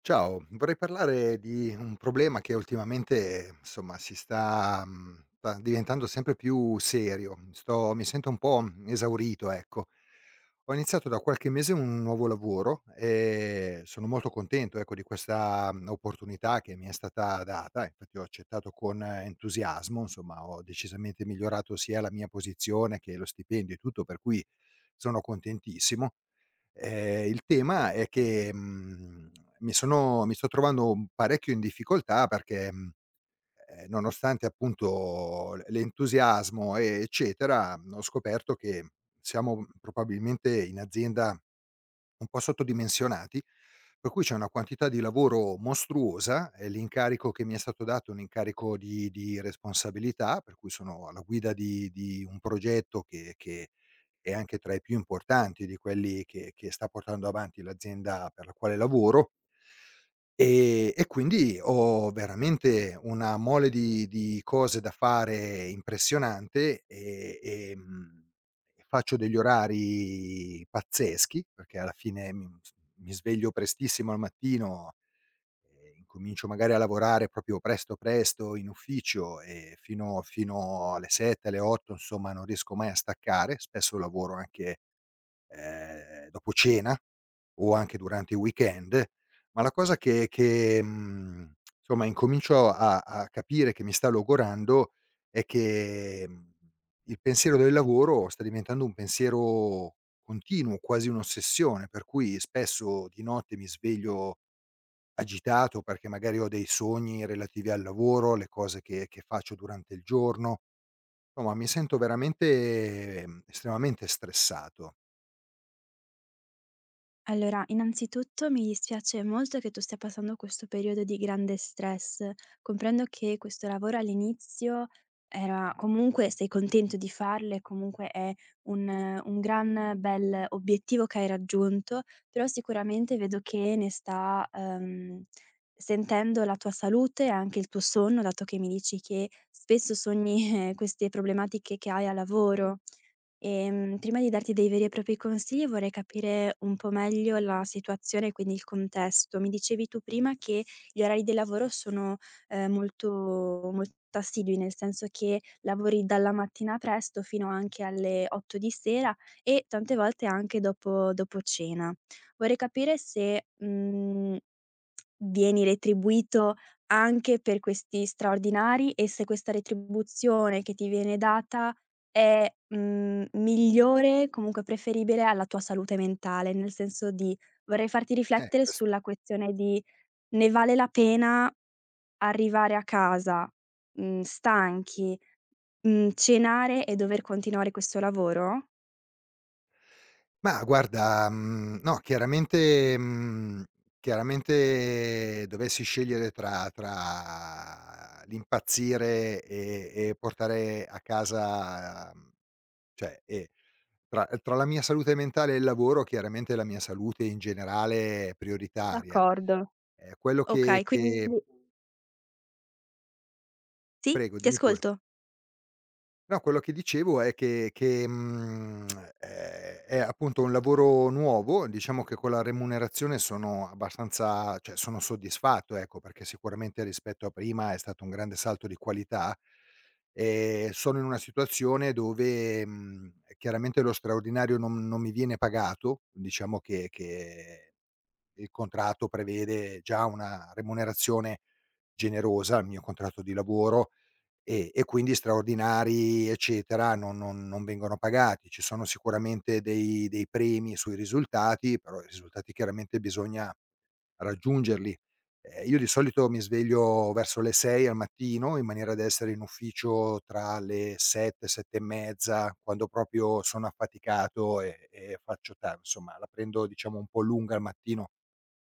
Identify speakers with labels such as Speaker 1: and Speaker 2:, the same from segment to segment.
Speaker 1: Ciao, vorrei parlare di un problema che ultimamente, insomma, si sta diventando sempre più serio. Sto mi sento un po' esaurito, ecco. Ho iniziato da qualche mese un nuovo lavoro e sono molto contento, ecco, di questa opportunità che mi è stata data. Infatti ho accettato con entusiasmo, insomma, ho decisamente migliorato sia la mia posizione che lo stipendio e tutto, per cui sono contentissimo. Il tema è che, mi sto trovando parecchio in difficoltà perché, nonostante appunto l'entusiasmo, eccetera, ho scoperto che siamo probabilmente in azienda un po' sottodimensionati, per cui c'è una quantità di lavoro mostruosa, e l'incarico che mi è stato dato è un incarico di responsabilità, per cui sono alla guida di un progetto che è anche tra i più importanti di quelli che sta portando avanti l'azienda per la quale lavoro. E quindi ho veramente una mole di cose da fare impressionante. Faccio degli orari pazzeschi, perché alla fine mi sveglio prestissimo al mattino. Incomincio magari a lavorare proprio presto, presto in ufficio e fino alle 7, alle 8, insomma non riesco mai a staccare, spesso lavoro anche dopo cena o anche durante i weekend. Ma la cosa che insomma, incomincio a capire che mi sta logorando è che, il pensiero del lavoro sta diventando un pensiero continuo, quasi un'ossessione, per cui spesso di notte mi sveglio agitato perché magari ho dei sogni relativi al lavoro, alle cose che faccio durante il giorno. Insomma mi sento veramente, estremamente stressato.
Speaker 2: Allora, innanzitutto mi dispiace molto che tu stia passando questo periodo di grande stress. Comprendo che questo lavoro all'inizio era comunque sei contento di farlo e comunque è un gran bel obiettivo che hai raggiunto, però sicuramente vedo che ne sta sentendo la tua salute e anche il tuo sonno, dato che mi dici che spesso sogni queste problematiche che hai a lavoro. Prima di darti dei veri e propri consigli vorrei capire un po' meglio la situazione, quindi il contesto. Mi dicevi tu prima che gli orari di lavoro sono, molto molto assidui, nel senso che lavori dalla mattina presto fino anche alle 8 di sera e tante volte anche dopo cena. Vorrei capire se, vieni retribuito anche per questi straordinari e se questa retribuzione che ti viene data è, migliore, comunque preferibile alla tua salute mentale, nel senso di vorrei farti riflettere
Speaker 1: Questa.
Speaker 2: sulla questione di: ne vale la pena arrivare a casa, stanchi, cenare e dover continuare questo lavoro?
Speaker 1: Mah, guarda, no, chiaramente dovessi scegliere tra l'impazzire e portare a casa, cioè, e tra la mia salute mentale e il lavoro, chiaramente la mia salute in generale è prioritaria.
Speaker 2: D'accordo.
Speaker 1: Quello
Speaker 2: Okay,
Speaker 1: che.
Speaker 2: quindi quindi sì,
Speaker 1: Prego,
Speaker 2: ti
Speaker 1: dimmi pure.
Speaker 2: ascolto.
Speaker 1: No, quello che dicevo è che, è appunto un lavoro nuovo, diciamo che con la remunerazione sono abbastanza, cioè sono soddisfatto, ecco, perché sicuramente rispetto a prima è stato un grande salto di qualità. Sono in una situazione dove, chiaramente lo straordinario non mi viene pagato, diciamo che il contratto prevede già una remunerazione generosa, il mio contratto di lavoro, e quindi straordinari, eccetera, non vengono pagati. Ci sono sicuramente dei premi sui risultati, però i risultati chiaramente bisogna raggiungerli. Io di solito mi sveglio verso le 6 al mattino, in maniera da essere in ufficio tra le 7, 7 e mezza, quando proprio sono affaticato e faccio ta insomma la prendo, diciamo, un po' lunga al mattino.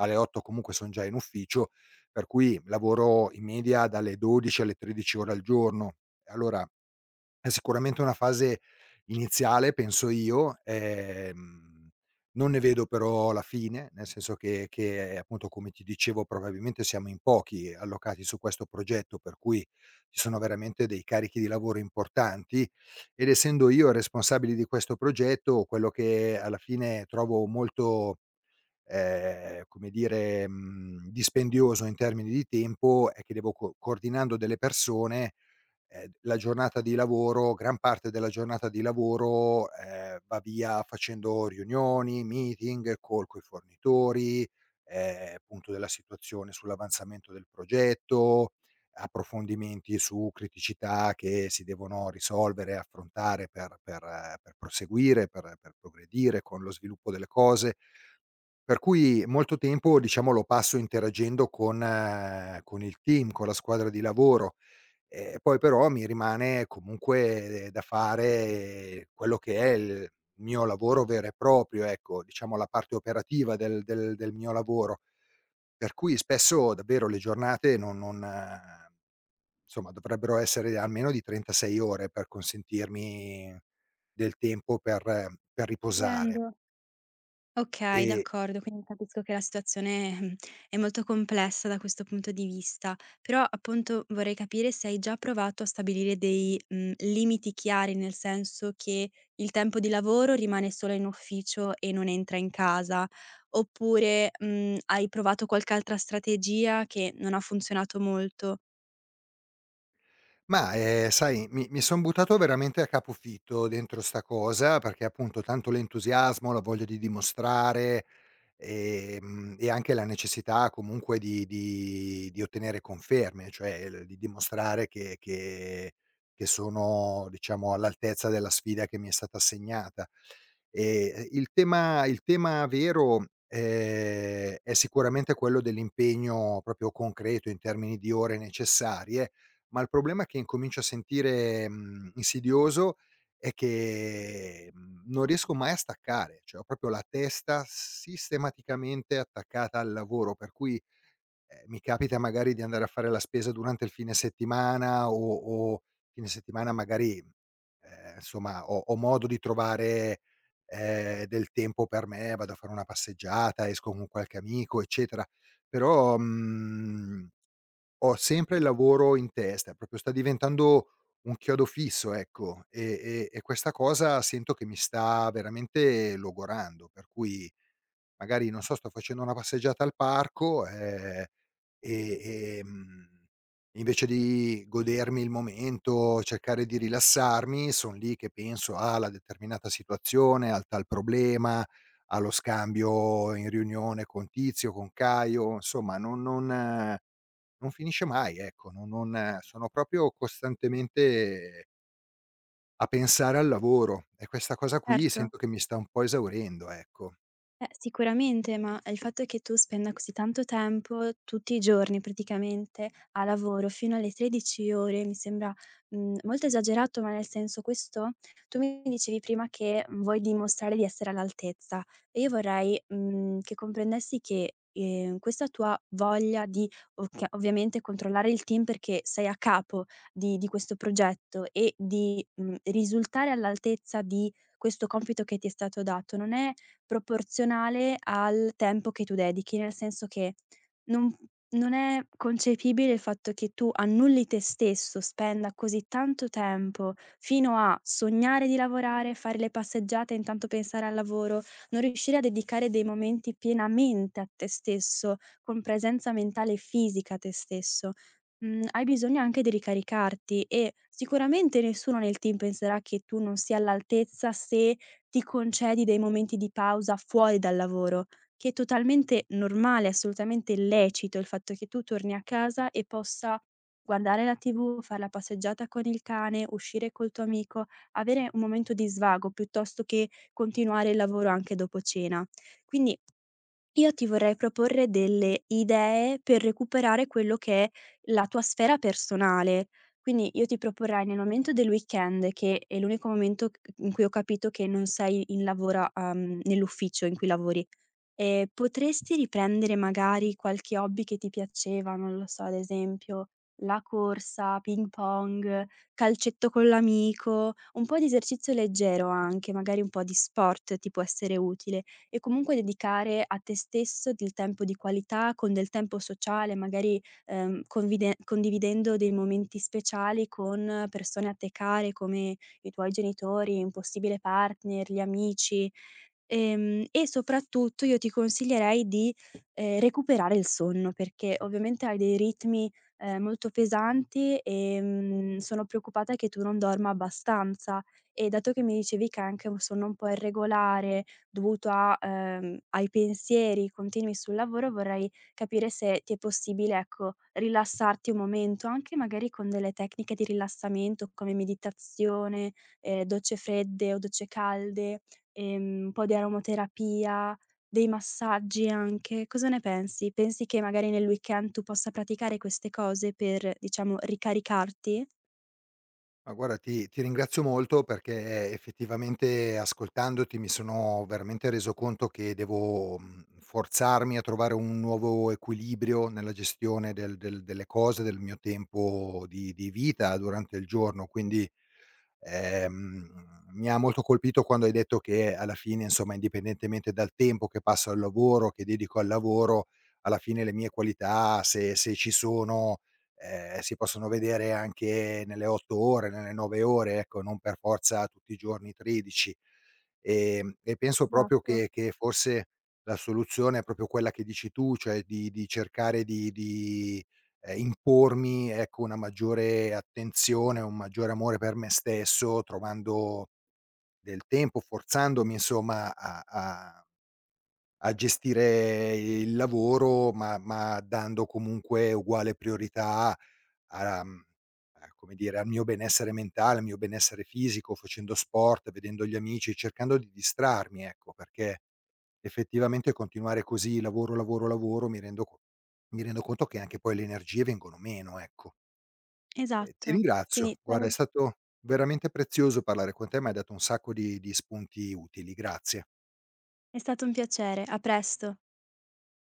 Speaker 1: Alle 8 comunque son già in ufficio, per cui lavoro in media dalle 12 alle 13 ore al giorno. E allora è sicuramente una fase iniziale, penso io, non ne vedo però la fine, nel senso che, appunto, come ti dicevo, probabilmente siamo in pochi allocati su questo progetto, per cui ci sono veramente dei carichi di lavoro importanti, ed essendo io responsabile di questo progetto, quello che alla fine trovo molto come dire, dispendioso in termini di tempo è che devo co coordinando delle persone. La giornata di lavoro Gran parte della giornata di lavoro, va via facendo riunioni, meeting, call coi fornitori, appunto della situazione sull'avanzamento del progetto, approfondimenti su criticità che si devono risolvere e affrontare per proseguire, per progredire con lo sviluppo delle cose. Per cui molto tempo, diciamo, lo passo interagendo con il team, con la squadra di lavoro. Poi però mi rimane comunque, da fare quello che è il mio lavoro vero e proprio, ecco, diciamo la parte operativa del mio lavoro. Per cui spesso davvero le giornate non, insomma, dovrebbero essere almeno di 36 ore per consentirmi del tempo per riposare.
Speaker 2: Prendo okay,
Speaker 1: E
Speaker 2: d'accordo, quindi capisco che la situazione, è molto complessa da questo punto di vista. Però, appunto, vorrei capire se hai già provato a stabilire dei, limiti chiari, nel senso che il tempo di lavoro rimane solo in ufficio e non entra in casa, oppure, hai provato qualche altra strategia che non ha funzionato molto?
Speaker 1: Ma, sai, mi son buttato veramente a capofitto dentro 'sta cosa, perché appunto tanto l'entusiasmo, la voglia di dimostrare, e anche la necessità, comunque, di ottenere conferme, cioè l di dimostrare che sono, diciamo, all'altezza della sfida che mi è stata assegnata. Il tema vero, è sicuramente quello dell'impegno proprio concreto in termini di ore necessarie, ma il problema che incomincio a sentire, insidioso, è che, non riesco mai a staccare, cioè ho proprio la testa sistematicamente attaccata al lavoro, per cui, mi capita magari di andare a fare la spesa durante il fine settimana o fine settimana, magari. Insomma, ho modo di trovare, del tempo per me, vado a fare una passeggiata, esco con qualche amico, eccetera. Però, mhmm ho sempre il lavoro in testa, proprio sta diventando un chiodo fisso, ecco, e questa cosa sento che mi sta veramente logorando, per cui magari, non so, sto facendo una passeggiata al parco, e, ehm, invece di godermi il momento, cercare di rilassarmi, son lì che penso alla determinata situazione, al tal problema, allo scambio in riunione con tizio, con caio, insomma non finisce mai, ecco, no, non sono proprio costantemente a pensare al lavoro e questa cosa qui
Speaker 2: Certo.
Speaker 1: sento che mi sta un po' esaurendo, ecco.
Speaker 2: Sicuramente, ma il fatto che tu spenda così tanto tempo, tutti i giorni praticamente, a lavoro fino alle 13 ore, mi sembra, molto esagerato, ma nel senso questo tu mi dicevi prima che vuoi dimostrare di essere all'altezza e io vorrei, che comprendessi che, questa tua voglia di occhia ovviamente controllare il team perché sei a capo di questo progetto e di, risultare all'altezza di questo compito che ti è stato dato, non è proporzionale al tempo che tu dedichi, nel senso che non non è concepibile il fatto che tu annulli te stesso, spenda così tanto tempo fino a sognare di lavorare, fare le passeggiate e intanto pensare al lavoro, non riuscire a dedicare dei momenti pienamente a te stesso, con presenza mentale e fisica a te stesso. Hai bisogno anche di ricaricarti e sicuramente nessuno nel team penserà che tu non sia all'altezza se ti concedi dei momenti di pausa fuori dal lavoro, che è totalmente normale, assolutamente lecito il fatto che tu torni a casa e possa guardare la TV, far la passeggiata con il cane, uscire col tuo amico, avere un momento di svago piuttosto che continuare il lavoro anche dopo cena. Quindi io ti vorrei proporre delle idee per recuperare quello che è la tua sfera personale. Quindi io ti proporrei nel momento del weekend, che è l'unico momento c in cui ho capito che non sei in lavora nell'ufficio in cui lavori. Potresti riprendere magari qualche hobby che ti piaceva, non lo so, ad esempio la corsa, ping pong, calcetto con l'amico, un po' di esercizio leggero anche, magari un po' di sport ti può essere utile e comunque dedicare a te stesso del tempo di qualità, con del tempo sociale, magari, convide condividendo dei momenti speciali con persone a te care come i tuoi genitori, un possibile partner, gli amici. E soprattutto io ti consiglierei di, recuperare il sonno, perché ovviamente hai dei ritmi, molto pesanti e, sono preoccupata che tu non dorma abbastanza. E dato che mi dicevi che hai anche un sonno un po' irregolare, dovuto a ai pensieri continui sul lavoro, vorrei capire se ti è possibile, ecco, rilassarti un momento, anche magari con delle tecniche di rilassamento come meditazione, docce fredde o docce calde. Un po' di aromaterapia, dei massaggi anche. Cosa ne pensi? Pensi che magari nel weekend tu possa praticare queste cose per, diciamo, ricaricarti?
Speaker 1: Ma guarda, ti ringrazio molto perché effettivamente, ascoltandoti, mi sono veramente reso conto che devo, forzarmi a trovare un nuovo equilibrio nella gestione delle cose, del mio tempo di vita durante il giorno, quindi. Ehm, Mi ha molto colpito quando hai detto che alla fine, insomma, indipendentemente dal tempo che passo al lavoro, che dedico al lavoro, alla fine le mie qualità, se ci sono, si possono vedere anche nelle 8 ore, nelle 9 ore, ecco, non per forza tutti i giorni 13. E penso proprio
Speaker 2: Esatto.
Speaker 1: che forse la soluzione è proprio quella che dici tu, cioè di cercare di impormi, ecco, una maggiore attenzione, un maggiore amore per me stesso, trovando del tempo, forzandomi, insomma, a gestire il lavoro, ma dando comunque uguale priorità, a mhmm, a come dire, al mio benessere mentale, al mio benessere fisico, facendo sport, vedendo gli amici, cercando di distrarmi, ecco, perché effettivamente continuare così lavoro, lavoro, lavoro, mi rendo conto che anche poi le energie vengono meno, ecco. Ti
Speaker 2: Esatto. Quindi
Speaker 1: ringrazio. Guarda, è
Speaker 2: bene.
Speaker 1: stato veramente prezioso parlare con te, m'hai dato un sacco di spunti utili. Grazie.
Speaker 2: È stato un piacere. A presto.